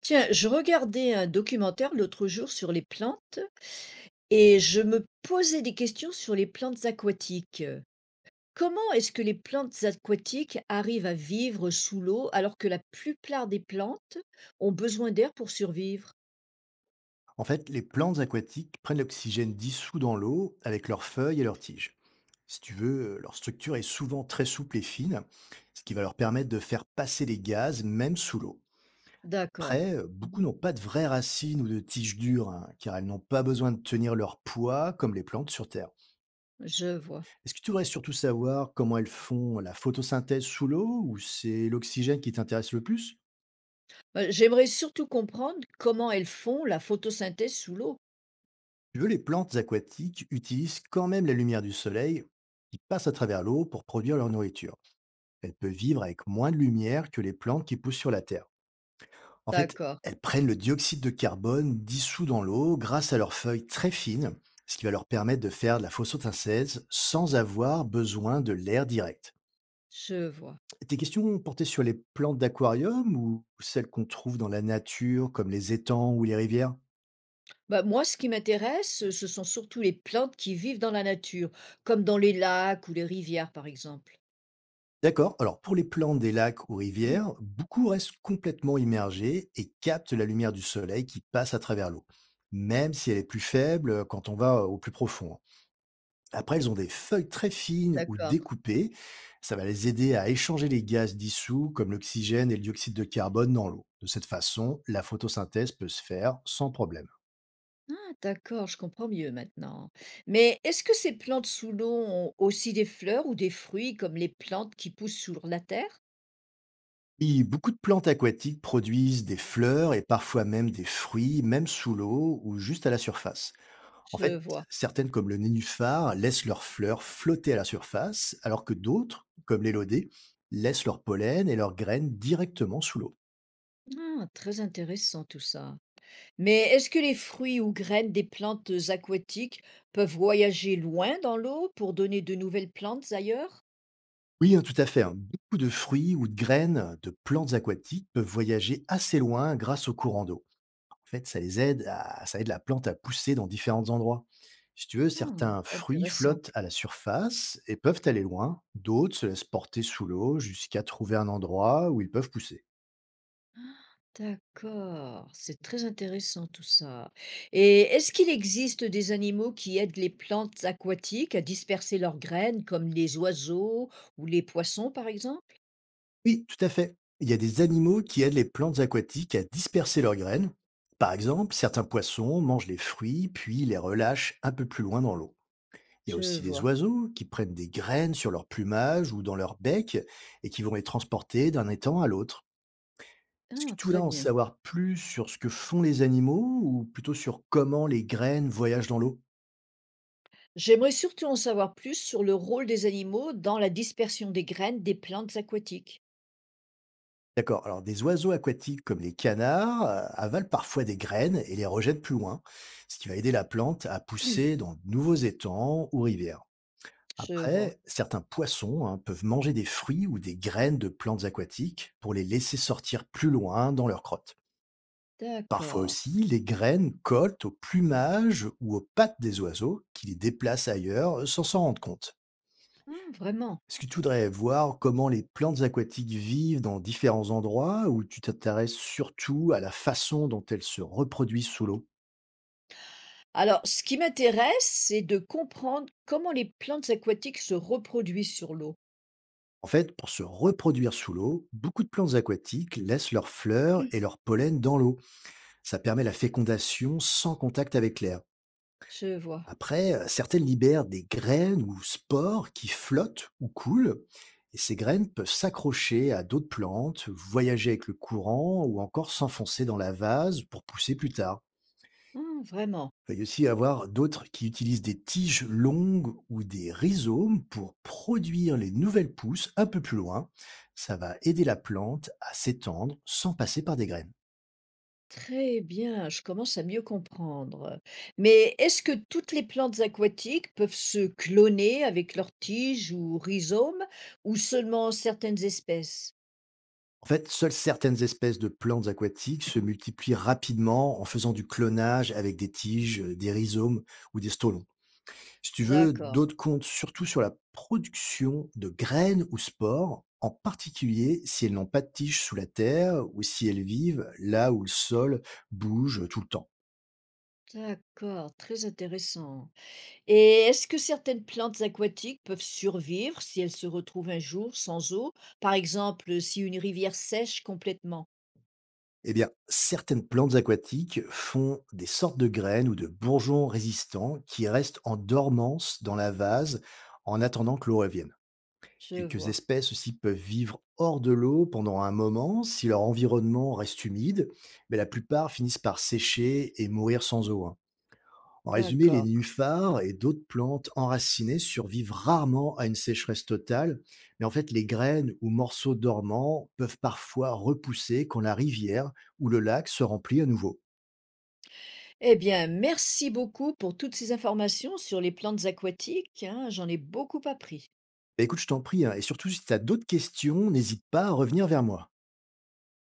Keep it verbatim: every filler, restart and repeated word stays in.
Tiens, je regardais un documentaire l'autre jour sur les plantes et je me posais des questions sur les plantes aquatiques. Comment est-ce que les plantes aquatiques arrivent à vivre sous l'eau alors que la plupart des plantes ont besoin d'air pour survivre? En fait, les plantes aquatiques prennent l'oxygène dissous dans l'eau avec leurs feuilles et leurs tiges. Si tu veux, euh, leur structure est souvent très souple et fine, ce qui va leur permettre de faire passer les gaz même sous l'eau. D'accord. Après, euh, beaucoup Mhm. n'ont pas de vraies racines ou de tiges dures, hein, car elles n'ont pas besoin de tenir leur poids comme les plantes sur Terre. Je vois. Est-ce que tu voudrais surtout savoir comment elles font la photosynthèse sous l'eau ou c'est l'oxygène qui t'intéresse le plus? Euh, J'aimerais surtout comprendre comment elles font la photosynthèse sous l'eau. Tu veux, les plantes aquatiques utilisent quand même la lumière du soleil qui passe à travers l'eau pour produire leur nourriture. Elle peut vivre avec moins de lumière que les plantes qui poussent sur la Terre. En fait, D'accord, elles prennent le dioxyde de carbone dissous dans l'eau grâce à leurs feuilles très fines, ce qui va leur permettre de faire de la photosynthèse sans avoir besoin de l'air direct. je vois. Tes questions portaient sur les plantes d'aquarium ou celles qu'on trouve dans la nature, comme les étangs ou les rivières? Bah, moi, ce qui m'intéresse, ce sont surtout les plantes qui vivent dans la nature, comme dans les lacs ou les rivières, par exemple. D'accord. Alors pour les plantes des lacs ou rivières, beaucoup restent complètement immergées et captent la lumière du soleil qui passe à travers l'eau, même si elle est plus faible euh, quand on va euh, au plus profond, hein. Après, elles ont des feuilles très fines ou D'accord. découpées. Ça va les aider à échanger les gaz dissous comme l'oxygène et le dioxyde de carbone dans l'eau. De cette façon, la photosynthèse peut se faire sans problème. Ah, d'accord, je comprends mieux maintenant. Mais est-ce que ces plantes sous l'eau ont aussi des fleurs ou des fruits comme les plantes qui poussent sur la terre? Oui, beaucoup de plantes aquatiques produisent des fleurs et parfois même des fruits, même sous l'eau ou juste à la surface. En Je fait, vois. certaines, comme le nénuphar, laissent leurs fleurs flotter à la surface, alors que d'autres, comme l'élodée, laissent leur pollen et leurs graines directement sous l'eau. Ah, très intéressant tout ça. Mais est-ce que les fruits ou graines des plantes aquatiques peuvent voyager loin dans l'eau pour donner de nouvelles plantes ailleurs? Oui, hein, tout à fait, hein. Beaucoup de fruits ou de graines de plantes aquatiques peuvent voyager assez loin grâce au courant d'eau. En fait, ça les aide à, ça aide la plante à pousser dans différents endroits. Si tu veux, Ah, certains fruits intéressant. flottent à la surface et peuvent aller loin. D'autres se laissent porter sous l'eau jusqu'à trouver un endroit où ils peuvent pousser. D'accord, c'est très intéressant tout ça. Et est-ce qu'il existe des animaux qui aident les plantes aquatiques à disperser leurs graines, comme les oiseaux ou les poissons, par exemple? Oui, tout à fait. Il y a des animaux qui aident les plantes aquatiques à disperser leurs graines. Par exemple, certains poissons mangent les fruits puis les relâchent un peu plus loin dans l'eau. Il y a Je aussi les vois. oiseaux qui prennent des graines sur leur plumage ou dans leur bec et qui vont les transporter d'un étang à l'autre. Est-ce que Ah, tu voudrais très en bien. savoir plus sur ce que font les animaux ou plutôt sur comment les graines voyagent dans l'eau? J'aimerais surtout en savoir plus sur le rôle des animaux dans la dispersion des graines des plantes aquatiques. D'accord. Alors, des oiseaux aquatiques comme les canards euh, avalent parfois des graines et les rejettent plus loin, ce qui va aider la plante à pousser dans de nouveaux étangs ou rivières. Je vois. Après, certains poissons, hein, peuvent manger des fruits ou des graines de plantes aquatiques pour les laisser sortir plus loin dans leur crotte. Parfois D'accord. aussi, les graines collent au plumage ou aux pattes des oiseaux qui les déplacent ailleurs sans s'en rendre compte. Ah, vraiment. Est-ce que tu voudrais voir comment les plantes aquatiques vivent dans différents endroits ou tu t'intéresses surtout à la façon dont elles se reproduisent sous l'eau? Alors, ce qui m'intéresse, c'est de comprendre comment les plantes aquatiques se reproduisent sur l'eau. En fait, pour se reproduire sous l'eau, beaucoup de plantes aquatiques laissent leurs fleurs et leurs pollen dans l'eau. Ça permet la fécondation sans contact avec l'air. Je vois. Après, euh, certaines libèrent des graines ou spores qui flottent ou coulent, et ces graines peuvent s'accrocher à d'autres plantes, voyager avec le courant ou encore s'enfoncer dans la vase pour pousser plus tard. Ah, vraiment. Il va y aussi avoir d'autres qui utilisent des tiges longues ou des rhizomes pour produire les nouvelles pousses un peu plus loin. Ça va aider la plante à s'étendre sans passer par des graines. Très bien, je commence à mieux comprendre. Mais est-ce que toutes les plantes aquatiques peuvent se cloner avec leurs tiges ou rhizomes ou seulement certaines espèces? En fait, seules certaines espèces de plantes aquatiques se multiplient rapidement en faisant du clonage avec des tiges, des rhizomes ou des stolons. Si tu veux, D'accord, d'autres comptent surtout sur la production de graines ou spores, en particulier si elles n'ont pas de tiges sous la terre ou si elles vivent là où le sol bouge tout le temps. d'accord, très intéressant. Et est-ce que certaines plantes aquatiques peuvent survivre si elles se retrouvent un jour sans eau, par exemple si une rivière sèche complètement? Eh bien, certaines plantes aquatiques font des sortes de graines ou de bourgeons résistants qui restent en dormance dans la vase en attendant que l'eau revienne. Je Quelques vois, espèces aussi peuvent vivre hors de l'eau pendant un moment si leur environnement reste humide, mais la plupart finissent par sécher et mourir sans eau, hein. En résumé, les d'accord. nénuphars et d'autres plantes enracinées survivent rarement à une sécheresse totale, mais en fait, les graines ou morceaux dormants peuvent parfois repousser quand la rivière ou le lac se remplit à nouveau. Eh bien, merci beaucoup pour toutes ces informations sur les plantes aquatiques, hein, j'en ai beaucoup appris. Bah, écoute, je t'en prie, hein, et surtout si tu as d'autres questions, n'hésite pas à revenir vers moi.